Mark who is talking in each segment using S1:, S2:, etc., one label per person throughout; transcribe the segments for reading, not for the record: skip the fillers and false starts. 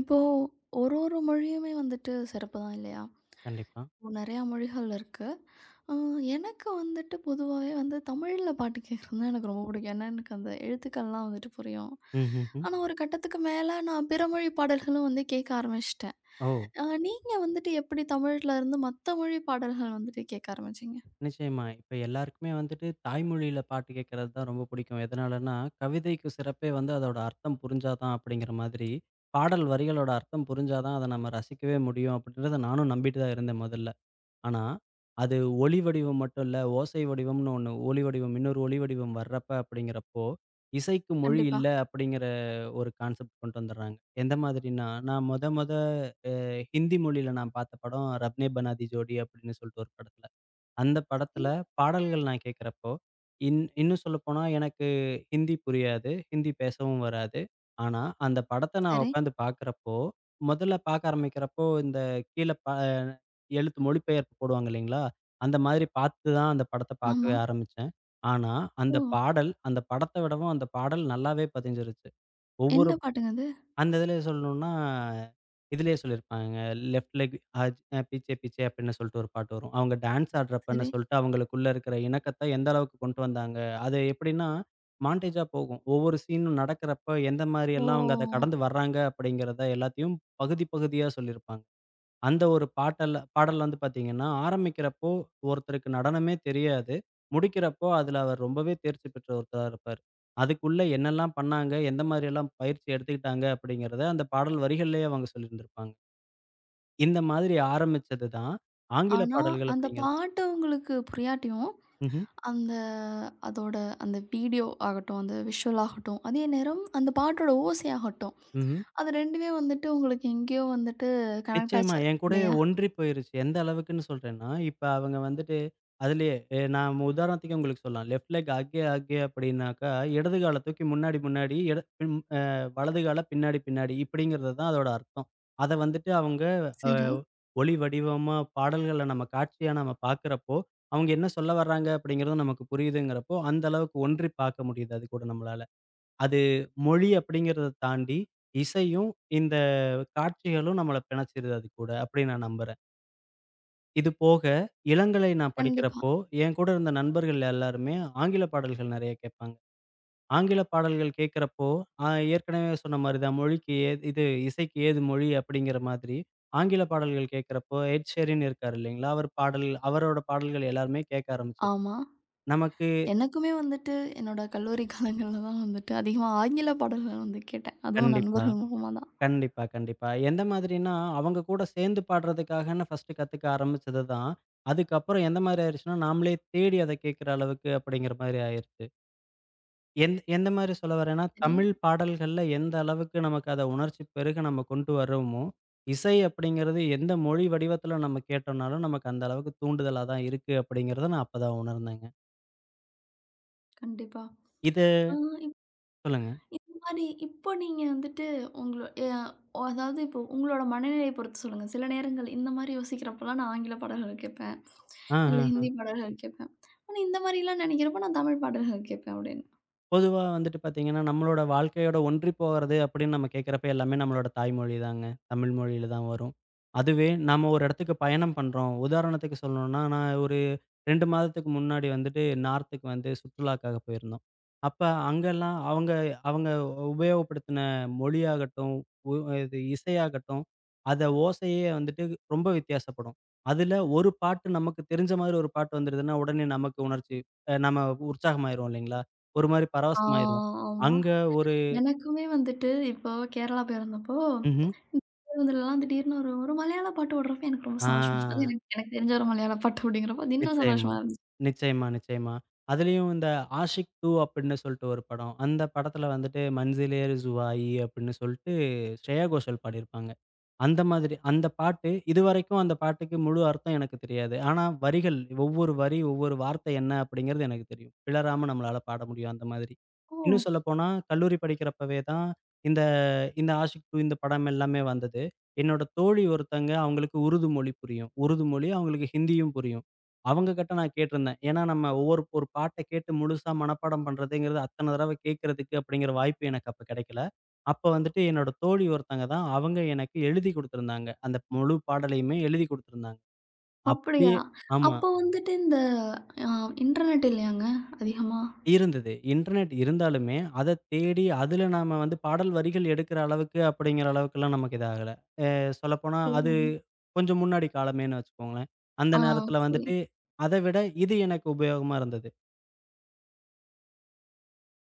S1: இப்போ ஒரு ஒரு மொழியுமே வந்துட்டு சிறப்பு தான் இல்லையா?
S2: கண்டிப்பா.
S1: இப்போ நெறையா மொழிகள் இருக்கு. அ எனக்கு வந்துட்டு பொதுவாவே வந்து தமிழ்ல பாட்டு கேட்கறது எனக்கு ரொம்ப பிடிக்கும். ஏன்னா, எனக்கு அந்த எழுத்துக்கள்லாம் வந்துட்டு புரியும்.
S2: ம்ஹ்ஹ்ம்.
S1: ஆனா, ஒரு கட்டத்துக்கு மேல நான் பிற மொழி பாடல்களும் வந்து கேட்க ஆரம்பிச்சுட்டேன்.
S2: ஓ!
S1: நீங்க வந்துட்டு எப்படி தமிழ்ல இருந்து மத்த மொழி பாடல்கள் வந்துட்டு கேட்க ஆரம்பிச்சீங்க?
S2: நிச்சயமா. இப்ப எல்லாருக்குமே வந்துட்டு தாய்மொழியில பாட்டு கேட்கறது தான் ரொம்ப பிடிக்கும். எதனாலன்னா, கவிதைக்கு சிறப்பே வந்து அதோட அர்த்தம் புரிஞ்சா தான் அப்படிங்கிற மாதிரி, பாடல் வரிகளோட அர்த்தம் புரிஞ்சா தான் அத நம்ம ரசிக்கவே முடியும் அப்படின்றத நானும் நம்பிட்டு தான் இருந்தேன் முதல்ல. ஆனா, அது ஒலி வடிவம் மட்டும் இல்ல, ஓசை வடிவம்னு ஒண்ணு ஒலி வடிவம் இன்னொரு ஒலி வடிவம் வர்றப்ப அப்படிங்கிறப்போ, இசைக்கு மொழி
S1: கண்டிப்பா.
S2: இல்ல அப்படிங்கிற ஒரு கான்செப்ட் கொண்டு வந்துர்றாங்க. எந்த மாதிரின்னா, நான் மொத மொத ஹிந்தி மொழியில நான் பார்த்த படம் 'ரப்னே பனாதி ஜோடி' அப்படின்னு சொல்லிட்டு ஒரு படத்துல. அந்த படத்துல
S1: ம்.
S2: பாடல்கள் நான் கேட்கிறப்போ, இன்னும் சொல்லப்போனா எனக்கு ஹிந்தி புரியாது. ஹிந்தி பேசவும் வராது. ஆனா, அந்த படத்த நான்
S1: சரி.
S2: உட்காந்து பார்க்கிறப்போ, முதல்ல பார்க்க ஆரம்பிக்கிறப்போ இந்த கீழ ப எழுத்து மொழிபெயர்ப்பு போடுவாங்க இல்லைங்களா? அந்த மாதிரி பார்த்து தான் அந்த படத்த பார்க்கவே
S1: ஆமா.
S2: ஆரம்பிச்சேன். ஆனா, அந்த
S1: ஓ!
S2: பாடல் அந்த படத்த விடவும் அந்த பாடல் நல்லாவே பதிஞ்சிருச்சு. ஒவ்வொரு
S1: என்ன பாட்டுங்க அது?
S2: அந்த இதில சொல்லணும்னா, இதிலேயே சொல்லியிருப்பாங்க. லெஃப்ட் லெக் ஆஜ் பீச்சே பீச்சே அப்படின்னு சொல்லிட்டு ஒரு பாட்டு வரும். அவங்க டான்ஸ் ஆடுறப்பன்னு
S1: சரி.
S2: சொல்லிட்டு அவங்களுக்குள்ள இருக்கிற இணக்கத்த எந்த அளவுக்கு கொண்டு வந்தாங்க. அது எப்படின்னா, மான்டேஜா போகும். ஒவ்வொரு சீனும் நடக்கிறப்ப எந்த மாரி எல்லாம் அவங்க அத
S1: ஓ!
S2: கடந்து வர்றாங்க அப்படிங்கிறத எல்லாத்தையும் பகுதி பகுதியா சொல்லியிருப்பாங்க. அந்த ஒரு பாட்டல்ல பாடல் வந்து பார்த்தீங்கன்னா, ஆரம்பிக்கிறப்போ ஒருத்தருக்கு நடனமே தெரியாது. முடிக்கிறப்போ அதில அவர் ரொம்பவே தேர்ச்சி பெற்ற ஒருத்தரா இருப்பார். அதுக்குள்ள என்னெல்லாம் பண்ணாங்க? எந்த மாதிரியெல்லாம் பயிற்சி எடுத்துக்கிட்டாங்க? அப்படிங்கிறத அந்த பாடல் வரிகள்லயே அவங்க சொல்லியிருந்திருப்பாங்க. இந்த மாதிரி ஆரம்பிச்சது தான் ஆங்கில
S1: ஆனா,
S2: பாடல்கள்
S1: அந்த
S2: அப்படிங்கிறது.
S1: பாட்டு உங்களுக்கு புரியாட்டியும்,
S2: ம்ஹ்ம்.
S1: அந்த அதோட அந்த வீடியோ ஆகட்டும், அந்த விஷுவல் ஆகட்டும், அதே நேரம் அந்த பாட்டோட ஓசை ஆகட்டும்,
S2: ம்ஹ்ம்.
S1: அது 2மே வந்துட்டு உங்களுக்கு எங்கேயோ வந்துட்டு கனெக்ட்
S2: நிச்சயமா.
S1: ஆச்சு
S2: என் கூடயே
S1: இல்லையா?
S2: ஒன்றி போயிருச்சு. எந்த அளவுக்குன்னு சொல்றேன்னா, இப்ப அவங்க வந்துட்டு அதிலேயே நான் உதாரணத்துக்கு உங்களுக்கு சொல்லலாம். லெஃப்ட் லெக் அகே அகே அப்படின்னாக்கா, இடது கால தூக்கி முன்னாடி முன்னாடி, இட பின் அ வலது கால பின்னாடி பின்னாடி இப்படிங்கிறது தான் அதோட அர்த்தம். அத வந்துட்டு அவங்க அ
S1: சரி.
S2: ஒளி வடிவமா பாடல்கள நம்ம காட்சியா நம்ம பார்க்கிறப்போ, அவங்க என்ன சொல்ல வர்றாங்க அப்படிங்கிறதும் நமக்கு புரியுதுங்கிறப்போ, அந்த அளவுக்கு ஒன்றி பார்க்க முடியுது அது கூட நம்மளால. அது மொழி அப்படிங்கிறத தாண்டி, இசையும் இந்த காட்சிகளும் நம்மள பிணச்சிருது அது கூட, அப்படின்னு நான் நம்புறேன். இது போக, இளங்கலை நான்
S1: கண்டிப்பா.
S2: படிக்கிறப்போ, என் கூட இருந்த நண்பர்கள் எல்லாருமே ஆங்கில பாடல்கள் நெறைய கேட்பாங்க. ஆங்கில பாடல்கள் கேட்கிறப்போ, அ ஏற்கனவே சொன்ன மாரி தான் மொழிக்கு ஏது இது இசைக்கு ஏது மொழி அப்படிங்கிற மாதிரி, ஆங்கில பாடல்கள் கேட்கிறப்போ, எட் ஷீரின் இருக்காரு இல்லைங்களா? அவர் பாடல் அவரோட பாடல்கள் எல்லாருமே கேட்க ஆரம்பிச்சது.
S1: ஆமா.
S2: நமக்கு
S1: எனக்குமே வந்துட்டு என்னோட கல்லூரி காலங்கள்ல தான் வந்துட்டு அதிகமா ஆங்கில பாடல்கள் வந்து கேட்டேன். அதுவும்
S2: கண்டிப்பா.
S1: நண்பர்கள் மூலமா தான்.
S2: கண்டிப்பா, கண்டிப்பா. எந்த மாதிரின்னா, அவங்க கூட சேர்ந்து பாடுறதுக்காகன்னு ஃபர்ஸ்ட்டு கத்துக்க ஆரம்பிச்சது தான். அதுக்கப்புறம் எந்த மாரி ஆயிருச்சுன்னா, நாமளே தேடி அத கேட்கிற அளவுக்கு அப்படிங்கிற மாரி ஆயிருச்சு. எந்த மாரி சொல்ல வரேன்னா,
S1: சரி.
S2: தமிழ் பாடல்கள்ல எந்த அளவுக்கு நமக்கு அத உணர்ச்சி பெருக நம்ம கொண்டு வர்றோமோ, இசை அப்படிங்கிறது எந்த மொழி வடிவத்துல நம்ம கேட்டோம்னாலும், நமக்கு அந்த அளவுக்கு தூண்டுதலா தான் இருக்கு அப்படிங்கிறத நான் அப்பதான் உணர்ந்தேங்க.
S1: கண்டிப்பா.
S2: இது
S1: ஆ,
S2: சொல்லுங்க.
S1: இந்த மாரி இப்போ நீங்க வந்துட்டு உங்களோ அதாவது இப்போ உங்களோட மனநிலைய பொறுத்து சொல்லுங்க. சில நேரங்கள் இந்த மாரி யோசிக்கிறப்பலாம் நான் ஆங்கில பாடல்கள் கேட்பேன்.
S2: ஆ,
S1: இல்ல
S2: ஆ.
S1: ஹிந்தி பாடல்கள் கேட்பேன். ஆனா இந்த மாரிலாம் நெனைக்கிறப்ப நான் தமிழ் பாடல்கள் கேட்பேன் அப்படின்னு.
S2: பொதுவா வந்துட்டு பார்த்தீங்கன்னா, நம்மளோட வாழ்க்கையோட ஒன்றி போறது அப்படின்னு நம்ம கேட்கிறப்ப எல்லாமே நம்மளோட தாய்மொழி தாங்க. தமிழ் மொழியில தான் வரும். அதுவே நாம ஒரு இடத்துக்கு பயணம் பண்றோம். உதாரணத்துக்கு சொல்லணும்னா, நான் ஒரு 2 மாதத்துக்கு முன்னாடி வந்துட்டு நார்த்துக்கு வந்து சுற்றுலாக்காக போயிருந்தோம். அப்ப அங்கலாம் அவங்க அவங்க உபயோகப்படுத்தின மொழியாகட்டும், உ இது இசையாகட்டும், அத ஓசையே வந்துட்டு ரொம்ப வித்தியாசப்படும். அதுல ஒரு பாட்டு நமக்கு தெரிஞ்ச மாதிரி ஒரு பாட்டு வந்துடுதுன்னா, உடனே நமக்கு உணர்ச்சி நம்ம உற்சாகமாயிருவோம் இல்லைங்களா? ஒரு மாரி
S1: ஆ,
S2: பரவசமாயிருவோம்.
S1: ஆமா.
S2: அங்க ஒரு.
S1: எனக்குமே வந்துட்டு இப்போ கேரளா போயிருந்தப்போ,
S2: ம்ஹ்ம்.
S1: பேருந்துலலாம் திடீர்னு ஒரு ஒரு மலையாள பாட்டு ஓடுறப்ப எனக்கு ரொம்ப
S2: ஆ.
S1: சந்தோஷமா இருந்துச்சு. அது எனக்கு எனக்கு தெரிஞ்ச ஒரு மலையாள பாட்டு அப்படிங்கிறப்போ அது இன்னும்
S2: நிச்சயமா,
S1: சந்தோஷமா இருந்துச்சு.
S2: நிச்சயமா, நிச்சயமா. அதுலயும் இந்த "ஆஷிக் 2" அப்படின்னு சொல்லிட்டு ஒரு படம். அந்த படத்துல வந்துட்டு "மஞ்சிலேர் ஜுவாயி" அப்படின்னு சொல்லிட்டு ஸ்ரேயா கோஷல் பாடியிருப்பாங்க. அந்த மாதிரி அந்த பாட்டு இதுவரைக்கும் அந்த பாட்டுக்கு முழு அர்த்தம் எனக்கு தெரியாது. ஆனா வரிகள் ஒவ்வொரு வரி, ஒவ்வொரு வார்த்தை என்ன அப்படிங்கிறது எனக்கு தெரியும். பிழறாம நம்மளால பாட முடியும் அந்த மாதிரி.
S1: ஓ!
S2: இன்னும் சொல்லப்போனா கல்லூரி படிக்கிறப்பவே தான் இந்த இந்த "ஆஷிக் 2" இந்த படம் எல்லாமே வந்தது. என்னோட தோழி ஒருத்தங்க அவங்களுக்கு உருது மொழி புரியும். உருது மொழி அவங்களுக்கு ஹிந்தியும் புரியும். அவங்க கிட்ட நான் கேட்டிருந்தேன். ஏன்னா, நம்ம ஒரு பாட்ட கேட்டு முழுசா மனப்பாடம் பண்றதுங்கிறது அத்தன தடவ கேட்கறதுக்கு அப்படிங்கிற வாய்ப்பு எனக்கு அப்ப கிடைக்கல. அப்ப வந்துட்டு என்னோட தோழி ஒருத்தங்க தான், அவங்க எனக்கு எழுதி குடுத்திருந்தாங்க. அந்த முழு பாடலையுமே எழுதி குடுத்திருந்தாங்க.
S1: அப்படியா?
S2: அப்படியே ஆமா.
S1: அப்போ வந்துட்டு இந்த அ இன்டர்நெட் இல்லையாங்க அதிகமா?
S2: இருந்தது. இன்டர்நெட் இருந்தாலுமே, அத தேடி அதுல நாம வந்து பாடல் வரிகள் எடுக்கிற அளவுக்கு அப்படிங்கிற அளவுக்குலாம் நமக்கு இது ஆகல. சொல்லப்போனா
S1: ஓ!
S2: அது கொஞ்சம் முன்னாடி காலமேன்னு வச்சுக்கோங்களேன். அந்த
S1: ஆ,
S2: நேரத்துல
S1: சரி.
S2: வந்துட்டு, அத விட இது எனக்கு உபயோகமா இருந்தது.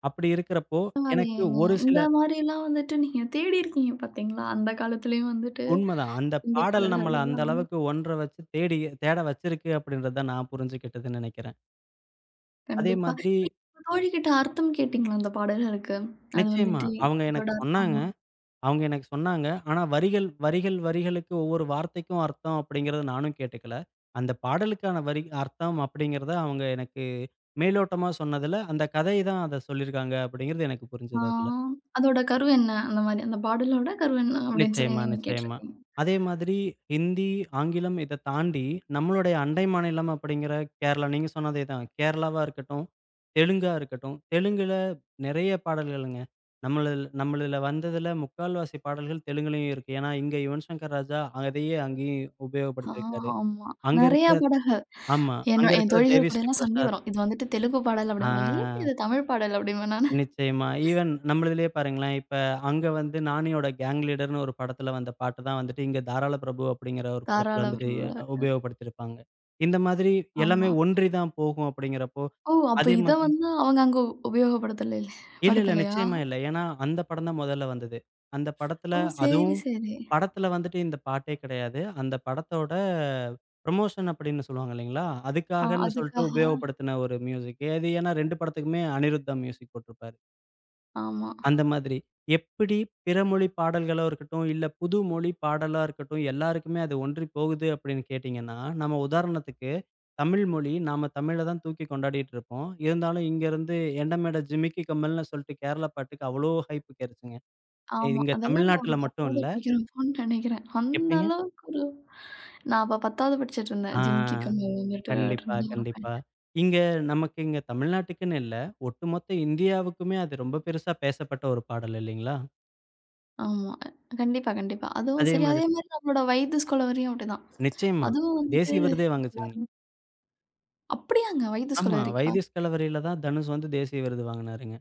S2: அப்படி இருக்கிறப்போ, எனக்கு
S1: பரவாயில்லையேங்க.
S2: ஒரு சில
S1: இந்த மாரிலாம் வந்துட்டு நீங்க தேடி இருக்கீங்க பார்த்தீங்களா? அந்த காலத்துலயும் வந்துட்டு
S2: உண்மதான். அந்த
S1: ஹிந்தி
S2: பாடல் நம்மள அந்த
S1: பாடல்கள்லாம் வந்து
S2: அளவுக்கு ஒன்றர வச்சு தேடி தேட வச்சிருக்கு அப்படின்றத நான் புரிஞ்சுக்கிட்டதுன்னு நினைக்கிறேன். அதே
S1: கண்டிப்பா.
S2: மாதிரி
S1: நீங்க உங்க தோழிகிட்ட அர்த்தம் கேட்டீங்களா அந்த பாடல்களுக்கு? அது
S2: நிச்சயமா.
S1: வந்துட்டு
S2: அவங்க
S1: இதோட
S2: எனக்கு
S1: அர்த்தம்
S2: சொன்னாங்க அவங்க எனக்கு சொன்னாங்க. ஆனா வரிகள் வரிகள் வரிகளுக்கு ஒவ்வொரு வார்த்தைக்கும் அர்த்தம் அப்படிங்கிறத நானும் கேட்டுக்கல. அந்த பாடலுக்கான வரி அர்த்தம் அப்படிங்கிறத அவங்க எனக்கு மேலோட்டமா சொன்னதுல, அந்த கதை தான் அத சொல்லியிருக்காங்க அப்படிங்கிறது எனக்கு
S1: ஆ,
S2: புரிஞ்சது அதுல.
S1: அதோட கரு என்ன? அந்த மாரி அந்த பாடலோட கரு என்ன? அப்படின்னு சொல்லி
S2: நிச்சயமா,
S1: நீங்க
S2: நிச்சயமா.
S1: கேட்டுருக்கீங்க.
S2: அதே மாதிரி ஹிந்தி, ஆங்கிலம் இத தாண்டி நம்மளுடைய அண்டை மாநிலம் அப்படிங்கிற கேரளா. நீங்க சொன்னதே தான். கேரளாவா இருக்கட்டும், தெலுங்கா இருக்கட்டும். தெலுங்குல நெறைய பாடல்களுங்க. நம்மளல் நம்மளுல வந்ததுல முக்கால்வாசி பாடல்கள் தெலுங்குலயும் இருக்கு. ஏன்னா, இங்க யுவன் சங்கர் ராஜா அதையே அங்கேயும்
S1: ஆ,
S2: உபயோகப்படுத்தியிருக்காரு.
S1: ஆமா.
S2: அங்க
S1: நெறையா
S2: இருக்கிற
S1: பாடல்கள்.
S2: ஆமா. அங்க
S1: என்ன என்
S2: இருக்கிற
S1: தோழிகள்
S2: தேவிஸ்ரீ
S1: கூடலாம் சண்டை
S2: பிரசாத்.
S1: வரும். இது வந்துட்டு தெலுங்கு பாடல் அப்படிம்பாங்க. இல்ல இது
S2: ஆ.
S1: தமிழ் பாடல் அப்படிம்பேன் நானு.
S2: நிச்சயமா. ஈவன் நம்மளுதிலேயே பாருங்களேன், இப்ப அங்க வந்து "நானியோட கேங் லீடர்ன்னு" ஒரு படத்துல வந்த பாட்டு தான் வந்துட்டு, இங்க "தாராள பிரபு" அப்படிங்கிற ஒரு படத்துல
S1: தாராள
S2: வந்துட்டு உபயோகப்படுத்தியிருப்பாங்க. இந்த மாதிரி எல்லாமே
S1: ஆமா.
S2: ஒன்றி தான் போகும் அப்படிங்கிறப்போ,
S1: ஓ! அப்ப
S2: அதே
S1: இத
S2: மாதிரி
S1: வந்து அவங்க அங்க உபயோகப்படுத்தல
S2: இல்ல, இல்ல.
S1: படுத்தலையா?
S2: நிச்சயமா இல்ல. ஏன்னா அந்த படம் தான் முதல்ல வந்தது. அந்த படத்துல
S1: ஓ! சரி,
S2: அதுவும்
S1: சரி.
S2: படத்துல வந்துட்டு இந்த பாட்டே கிடையாது. அந்த படத்தோட ப்ரமோஷன் அப்படின்னு சொல்லுவாங்க இல்லைங்களா?
S1: ஆ,
S2: அதுக்காகன்னு சொல்லிட்டு
S1: அதுக்காக.
S2: உபயோகப்படுத்தின ஒரு மியூசிக். அது ஏன்னா 2 படத்துக்குமே அனிருத் தான் மியூசிக் போட்டிருப்பாரு.
S1: ஆமா,
S2: அந்த மாதிரி. எப்படி பிற மொழி பாடல்களா இருக்கட்டும், இல்ல புது மொழி பாடலா இருக்கட்டும், எல்லாருக்குமே அது ஒன்றி போகுது அப்படின்னு கேட்டீங்கன்னா, நம்ம உதாரணத்துக்கு தமிழ் மொழி நாம தமிழ தான் தூக்கி கொண்டாடிட்டு இருப்போம். இருந்தாலும் இங்கருந்து "எண்டமேட ஜிமிக்கி கம்மல்ன்னு" சொல்லிட்டு கேரளா பாட்டுக்கு அவ்வளோ ஹைப் கிடைச்சுங்க.
S1: ஆமா.
S2: இங்க
S1: அதெல்லாம் நான் ஒரு
S2: தமிழ்நாட்டுல மட்டும்
S1: 10வது
S2: இல்ல.
S1: படிக்கிறப்போன்னு நெனைக்கிறேன். அந்த
S2: எப்படிங்க?
S1: அளவுக்கு ஒரு நான் அப்ப 10வது படிச்சுட்டு
S2: ஆ.
S1: இருந்தேன். ஜிமிக்கி கம்மல் வந்துட்டு
S2: கண்டிப்பா,
S1: இருந்த ஒரு
S2: கண்டிப்பா.
S1: பையன்.
S2: இங்க நமக்கு இங்க தமிழ்நாட்டுக்குன்னு இல்ல, ஒட்டுமொத்த இந்தியாவுக்குமே அது ரொம்ப பெருசா பேசப்பட்ட ஒரு பாடல் இல்லைங்களா?
S1: ஆமா. கண்டிப்பா, கண்டிப்பா. அதுவும்
S2: அதே
S1: சரி அதே
S2: மாதிரி
S1: மாரி நம்மளோட வைத்து ஸ்கூலவரியும் அப்படிதான்.
S2: நிச்சயமா.
S1: அதுவும் வந்துட்டு
S2: தேசிய விருதே வாங்குச்சுங்க.
S1: அப்படியாங்க வைத்து
S2: ஆமா.
S1: ஸ்கூலவரிக்கா?
S2: வைதிஸ் கலவரையில தான் தனுஷ் வந்து தேசிய விருது வாங்குனாருங்க.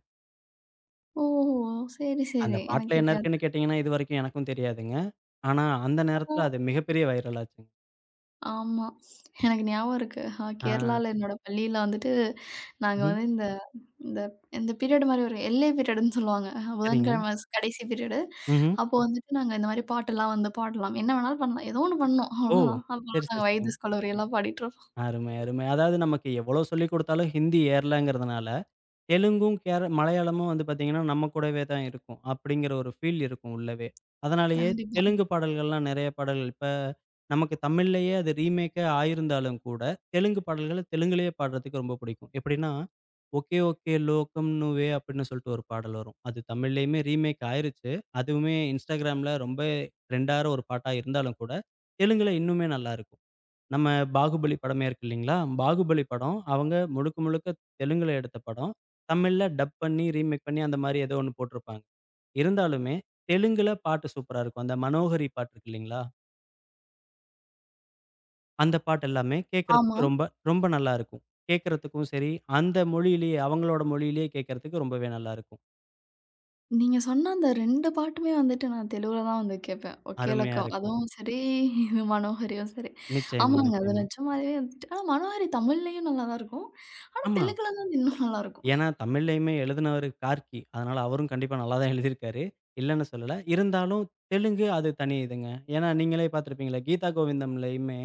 S1: ஓஹோ! சரி,
S2: அந்த
S1: சரி. எனக்கு
S2: பாட்டுல என்ன
S1: தெரியாது.
S2: இருக்குன்னு கேட்டீங்கன்னா, இதுவரைக்கும் எனக்கும் தெரியாதுங்க. ஆனா அந்த நேரத்துல அது
S1: ஆ.
S2: மிகப்பெரிய வைரல் ஆச்சுங்க.
S1: ஆமா. எனக்கு ஞாபகம் இருக்கு.
S2: ஆ.
S1: கேரளால என்னோட பள்ளியில வந்துட்டு, நாங்க
S2: ம்.
S1: வந்து இந்த இந்த இந்த பீரியட் மாரி ஒரு எல்ஏ பீரியடுன்னு சொல்லுவாங்க. ஆ,
S2: சரிங்க.
S1: புதன்கிழமை ஸ் கடைசி பீரியடு.
S2: ம்ஹ்ம்.
S1: அப்போ வந்துட்டு நாங்க இந்த மாரி பாட்டெல்லாம் வந்து பாடலாம். என்ன வேணாலும் பண்ணலாம். ஏதோ ஒண்ணு பண்ணோம்.
S2: ஓ!
S1: அவ்வளோதான்.
S2: சரி,
S1: அப்பலாம் நாங்க
S2: சரி, சரிங்க.
S1: வைதிஸ் கல்லூரி எல்லாம் பாடிட்டுருப்போம்.
S2: அருமை, அருமை. அதாவது நமக்கு எவ்வளோ சொல்லிக் குடுத்தாலும் ஹிந்தி ஏறலங்கிறதுனால தெலுங்கும், கேர மலையாளமும் வந்து பார்த்தீங்கன்னா, நம்ம கூடவே தான் இருக்கும். அப்படிங்கிற ஒரு ஃபீல் இருக்கும் உள்ளவே. அதனாலேயே
S1: கண்டிப்பா.
S2: தெலுங்கு பாடல்கள்லாம் நெறைய பாடல்கள் இப்ப நமக்கு தமிழ்லயே அது ரீமேக்கே ஆயிருந்தாலும் கூட, தெலுங்கு பாடல்கள தெலுங்குலயே பாடுறதுக்கு ரொம்ப புடிக்கும். எப்படின்னா, "ஒகே ஒகே லோகம் நுவ்வே" அப்படின்னு சொல்லிட்டு ஒரு பாடல் வரும். அது தமிழ்லயுமே ரீமேக் ஆயிருச்சு. அதுவுமே Instagramல ரொம்ப ட்ரெண்டாற ஒரு பாட்டா இருந்தாலும் கூட, தெலுங்குல இன்னுமே நல்லாருக்கும். நம்ம 'பாகுபலி' படமே இருக்கு இல்லைங்களா? 'பாகுபலி' படம் அவங்க முழுக்க முழுக்க தெலுங்குல எடுத்த படம். தமிழ்ல டப் பண்ணி, ரீமேக் பண்ணி அந்த மாரி ஏதோ ஒண்ணு போட்டிருப்பாங்க. இருந்தாலுமே தெலுங்குல பாட்டு சூப்பரா இருக்கும். அந்த 'மனோஹரி' பாட்டு இருக்கு இல்லைங்களா? அந்த பாட்டு எல்லாமே கேட்கறதுக்கு
S1: ஆமா.
S2: ரொம்ப ரொம்ப நல்லா இருக்கும். கேட்கறதுக்கும் சரி, அந்த மொழியிலேயே அவங்களோட மொழியிலேயே கேட்கறதுக்கு ரொம்பவே நல்லா இருக்கும்.
S1: நீங்க சொன்ன அந்த 2 பாட்டுமே வந்துட்டு நான் தெலுகுல தான் வந்து கேட்பேன்.
S2: அருமையா
S1: ஒகேலக்கம்
S2: இருக்கும்.
S1: அதுவும் சரி, இது மனோஹரியும் சரி.
S2: நிச்சயமா,
S1: ஆமாங்க. அது
S2: நிச்சயமா.
S1: நிஜமாவே வந்துட்டு ஆனா மனோஹரி தமிழ்லயும் நல்லா தான் இருக்கும். ஆனா
S2: ஆமா.
S1: தெலுங்குல தான் அது இன்னும் நல்லாருக்கும்.
S2: ஏன்னா, தமிழ்லயுமே எழுதினவரு கார்க்கி. அதனால அவரும் கண்டிப்பா நல்லா தான் எழுதியிருக்காரு. இல்லன்னு சொல்லல. இருந்தாலும் தெலுங்கு அது தனி இதுங்க. ஏன்னா, நீங்களே பார்த்திருப்பீங்களே, கீதா கோவிந்தம்லயுமே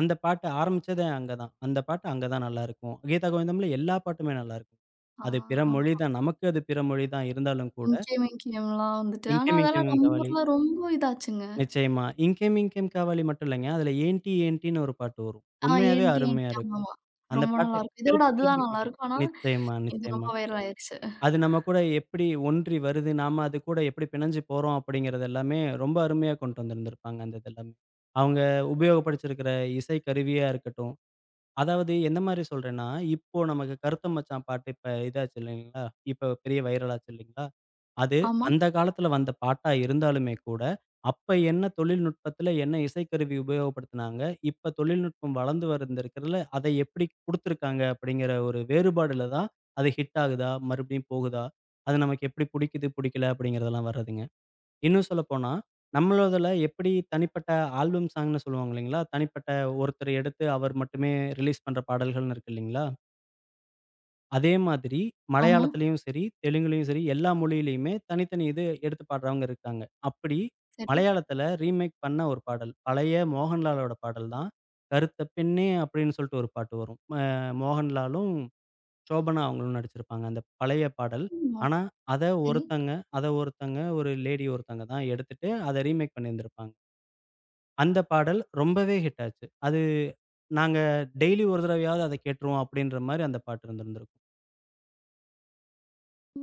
S2: அந்த பாட்டு ஆரம்பிச்சதே அங்க தான். அந்த பாட்டு அங்க தான் நல்லாருக்கும். கீதா கோவிந்தம்ல எல்லா பாட்டுமே நல்லாருக்கும். அது பிற மொழி
S1: ஆ.
S2: தான். நமக்கு அது பிற மொழி தான் இருந்தாலும் கூட,
S1: இங்கேம் இங்கேயம்லாம் வந்துட்டு. ஆனா
S2: "இங்கே மிங்கே
S1: அதெல்லாம் நம்ம
S2: காவாலி".
S1: ஊர்ல ரொம்ப இதாச்சுங்க.
S2: நிச்சயமா. "இங்கே மிங்கே காவாலி" மட்டும் இல்லைங்க. அதுல "ஏன்டி ஏன்டின்னு" ஒரு பாட்டு வரும்.
S1: ஆ,
S2: உண்மையாவே
S1: ஏன்டி
S2: அருமையா
S1: ஏன்டி
S2: இருக்கும்.
S1: ஆமாமா.
S2: அந்த
S1: ரொம்ப
S2: பாட்டு
S1: நல்லாருக்கும். இத விட
S2: திருப்பி திருப்பி
S1: அதுதான்
S2: கேட்கும்.
S1: நல்லாருக்கும். ஆனா
S2: நிச்சயமா,
S1: இது ரொம்ப
S2: நிச்சயமா.
S1: வைரல் ஆயிருச்சு.
S2: அது நம்ம கூட எப்படி ஒன்றி வருது, நாம அது கூட எப்படி பிணைஞ்சு போறோம் அப்படிங்கிறது எல்லாமே ரொம்ப அருமையா கொண்டு வந்திருந்திருப்பாங்க அந்த இது எல்லாமே. அவங்க உபயோகப்படுத்தியிருக்கிற இசை கருவியா இருக்கட்டும், அதாவது எந்த மாரி சொல்றேன்னா, இப்போ நமக்கு கருத்து மச்சான் பாட்டு இப்ப இதாச்சு இல்லைங்களா? இப்ப பெரிய வைரல் ஆச்சு இல்லைங்களா? அது
S1: ஆமா,
S2: அந்த காலத்துல வந்த பாட்டா இருந்தாலுமே கூட, அப்ப என்ன தொழில்நுட்பத்துல என்ன இசைக்கருவி உபயோகப்படுத்துனாங்க, இப்ப தொழில்நுட்பம் வளர்ந்து வந்திருக்கிறதுல அதை எப்படி குடுத்துருக்காங்க அப்படிங்கிற ஒரு வேறுபாடுல தான் அது ஹிட் ஆகுதா, மறுபடியும் போகுதா, அது நமக்கு எப்படி புடிக்குது, புடிக்கல அப்படிங்கிறதெல்லாம் வர்றதுங்க. இன்னும் சொல்லப்போனா, நம்மளதுல எப்படி தனிப்பட்ட ஆல்பம் சாங்ன்னு சொல்லுவாங்க இல்லைங்களா? தனிப்பட்ட ஒருத்தர் எடுத்து அவர் மட்டுமே ரிலீஸ் பண்ற பாடல்கள்னு இருக்கு இல்லைங்களா? அதே மாதிரி
S1: ஆமா.
S2: மலையாளத்திலயும் சரி, தெலுங்குலயும் சரி, எல்லா மொழியிலயுமே தனித்தனி இது எடுத்து பாடுறவங்க இருக்காங்க. அப்படி
S1: சரி.
S2: மலையாளத்தில ரீமேக் பண்ண ஒரு பாடல். பழைய மோகன்லாலோட பாடல் தான். "கருத்த பெண்ணே" அப்படின்னு சொல்லிட்டு ஒரு பாட்டு வரும். மோகன்லாலும், சோபனா அவங்களும் நடிச்சிருப்பாங்க. அந்த பழைய பாடல்.
S1: ஆமா.
S2: ஆனா, அத
S1: சரி.
S2: ஒருத்தங்க ஒரு லேடி ஒருத்தங்க தான் எடுத்துட்டு அத ரீமேக் பண்ணியிருந்திருப்பாங்க. அந்த பாடல் ரொம்பவே ஹிட் ஆச்சு. அது நாங்க டெய்லி ஒரு தடவையாவது அத கேட்டுருவோம் அப்படின்ற மாரி அந்த பாட்டு இருந்திருந்திருக்கும்.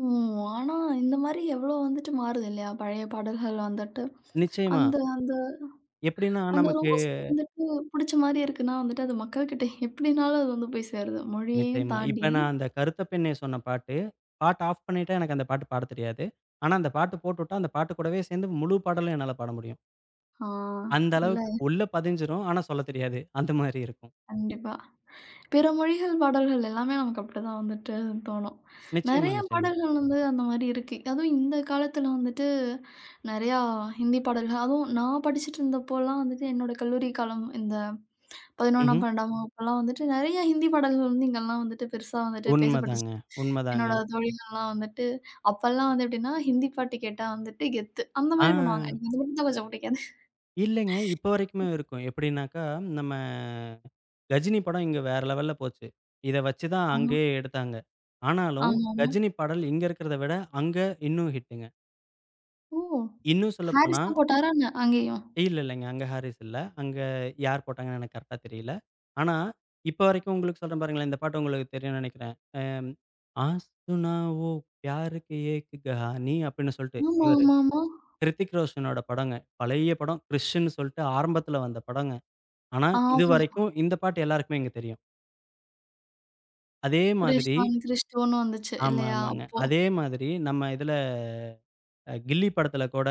S1: ம். ஆனா இந்த மாரி எவ்ளோ வந்துட்டு மாறுது இல்லையா? பழைய பாடல்கள் வந்துட்டு.
S2: நிச்சயமா.
S1: அந்த அந்த
S2: எப்படின்னா,
S1: அந்த
S2: நமக்கு
S1: ரோசை வந்துட்டு புடிச்ச மாரி இருக்குன்னா வந்துட்டு அது மக்கள்கிட்ட எப்டினாலும் அது வந்து போய் சேருது. மொழியையும்
S2: நிச்சயமா. இப்ப
S1: தாண்டி.
S2: நான் அந்த கருத்த பெண்ணே சொன்ன பாட்டு, பாட்ட ஆஃப் பண்ணிட்டா எனக்கு அந்த பாட்டு பாடத் தெரியாது. ஆனா அந்த பாட்டு போட்டுட்டா, அந்த பாட்டு கூடவே சேர்ந்து முழு பாடலும் என்னால பாட முடியும்.
S1: ஆ.
S2: அந்த
S1: இல்ல.
S2: அளவுக்கு உள்ள பதிஞ்சிரும். ஆனா சொல்லத் தெரியாது. அந்த மாரி இருக்கும்.
S1: கண்டிப்பா. பிற மொழிகள் பாடல்கள் எல்லாமே நமக்கு அப்படிதான் வந்துட்டு தோணும்.
S2: நிச்சயமா,
S1: நெறைய
S2: நிச்சயமா.
S1: பாடல்கள் வந்து அந்த மாரி இருக்கு. அதுவும் இந்த காலத்துல வந்துட்டு நெறையா ஹிந்தி பாடல்கள் அதுவும் நான் படிச்சுட்டு இருந்தப்போலாம் வந்துட்டு என்னோட கல்லூரி காலம் இந்த 11ஆம்,
S2: ம்ஹ்ம்.
S1: 12ஆம் வகுப்புலாம் வந்துட்டு நெறைய ஹிந்தி பாடல்கள் வந்து இங்கலாம் வந்துட்டு பெருசா வந்துட்டு பேசப்பட்டுச்சு.
S2: உண்மதாங்க,
S1: என்னோட
S2: உண்மதாங்க.
S1: தோழிகள்லாம் வந்துட்டு அப்பலாம் வந்து எப்படின்னா, ஹிந்தி பாட்டு கேட்டா வந்துட்டு கெத்து. அந்த
S2: ஆ.
S1: மாரி பண்ணுவாங்க. எனக்கு அது மட்டும் தான் கொஞ்சம் பிடிக்காது.
S2: இல்லைங்க. இப்ப வரைக்குமே இருக்கும். எப்படின்னாக்கா, நம்ம கஜினி படம் இங்க வேற லெவல்ல போச்சு. இத வச்சு தான்
S1: ஆமா.
S2: அங்கேயே எடுத்தாங்க. ஆனாலும்
S1: ஆமாமா.
S2: கஜினி பாடல் இங்க இருக்கிறத விட அங்க இன்னும் ஹிட்டுங்க.
S1: ஓ!
S2: இன்னும் சொல்லப்போனா
S1: ஹாரிஸ் தான் போட்டாரா என்ன? அங்கேயும்?
S2: இல்ல இல்லங்க. அங்க ஹாரிஸ் இல்ல. அங்க யார் போட்டாங்கன்னு எனக்கு கரெக்ட்டா தெரியல. ஆனா, இப்ப வரைக்கும் உங்களுக்கு சொல்றேன் பாருங்களேன். இந்த பாட்டு உங்களுக்கு தெரியும்னு நெனைக்கிறேன். அம் "ஆசுனா ஓ பியாருக்கு ஏக் கஹானி" அப்படின்னு சொல்ட்டு
S1: ஆமா,
S2: இவரு
S1: ஆமாமா.
S2: ஹிருத்திக் ரோஷனோட படங்க. பழைய படம். கிறிஷ்ன்னு சொல்ட்டு ஆரம்பத்துல வந்த படங்க. ஆனா,
S1: ஆமா.
S2: இதுவரைக்கும் இந்த பாட்டு எல்லாருக்குமே இங்க தெரியும். அதே மாதிரி
S1: கிருஷ்ணான் கிறிஸ்டோன்னு வந்துச்சு
S2: ஆமா,
S1: இல்லையா?
S2: ஆமாங்க.
S1: அப்போ.
S2: அதே மாதிரி நம்ம இதுல கில்லி படத்துல கூட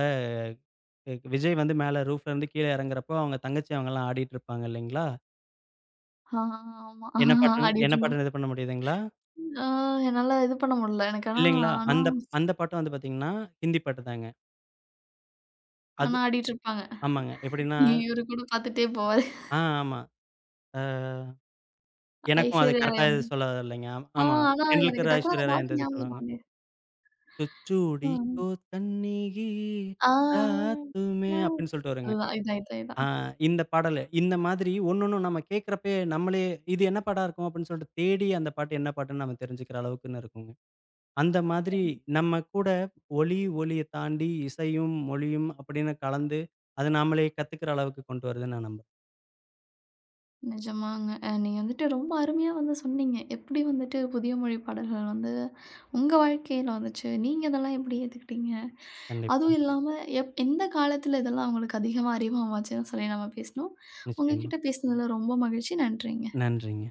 S2: விஜய் வந்து மேல ரூஃப்லருந்து கீழ இறங்குறப்போ, அவங்க தங்கச்சி அவங்கலாம் ஆடிட்டு இருப்பாங்க இல்லைங்களா?
S1: ஆ, ஆமா.
S2: என்ன பாட்டுன்னு
S1: ஆடிட்டு
S2: என்ன
S1: இருந்தோம்.
S2: பாட்டுன்னு இது பண்ண முடியுதுங்களா?
S1: ஆ, என்னால இது பண்ண முடியல. எனக்கு ஆனா
S2: இல்லைங்களா?
S1: ஆனா
S2: அந்த அந்த பாட்டும் வந்து பார்த்தீங்கன்னா, ஹிந்தி பாட்டு தாங்க. அது
S1: ஆனா ஆடிட்டு இருப்பாங்க.
S2: ஆமாங்க. எப்படின்னா
S1: இவரு கூட பாத்துட்டே போவாரு.
S2: ஆ. ஆமா. அ எனக்கும் அது
S1: ஐஸ்வர்யா ராய்
S2: கரெக்ட்டா
S1: வந்து
S2: எதுவும் சொல்ல வரலைங்க.
S1: ஆ,
S2: ஆமா.
S1: ஆனா எனக்கு
S2: "தெண்டுல்கர்
S1: டக்குனு அந்த
S2: ஐஸ்வர்யா ராய்" அந்த
S1: பாட்டு
S2: இது
S1: ஞாபகம்
S2: சொல்லுவாங்க.
S1: வரலயே.
S2: "तो चूड़ी
S1: ஆ.
S2: को तन्नी ही
S1: ஆ.
S2: रात में" அப்படின்னு சொல்லிட்டு வருங்க.
S1: அதுதான் இதான் இதான்
S2: ஆ.
S1: இதான்.
S2: இந்த பாடலு. இந்த மாதிரி ஒண்ணொண்ணும் நம்ம கேட்கிறப்பயே நம்மளே, இது என்ன பாடா இருக்கும்? அப்படின்னு சொல்லிட்டு தேடி அந்த பாட்டு என்ன பாட்டுன்னு நம்ம தெரிஞ்சுக்கிற அளவுக்குன்னு இருக்குங்க. அந்த மாதிரி நம்ம கூட ஒலி, ஒலிய தாண்டி இசையும், மொழியும் அப்படின்னு கலந்து, அது நாமளே கத்துக்கிற அளவுக்கு கொண்டு வருதுன்னு நான் நம்புறேன்.
S1: நிஜமாங்க. நீங்க வந்துட்டு ரொம்ப அருமையா வந்து சொன்னீங்க. எப்படி வந்துட்டு புதிய மொழி பாடல்கள் வந்து உங்க வாழ்க்கையில வந்துச்சு. நீங்க இதெல்லாம் எப்படி ஏத்துக்கிட்டீங்க?
S2: கண்டிப்பா.
S1: அதுவும் இல்லாம எந்த காலத்துல இதெல்லாம் அவங்களுக்கு அதிகமா அறிமுகமாச்சுன்னு சொல்லி நம்ம பேசணும். உங்க
S2: நிச்சயமா.
S1: கிட்ட பேசினதுல ரொம்ப மகிழ்ச்சி. நன்றிங்க.
S2: நன்றிங்க.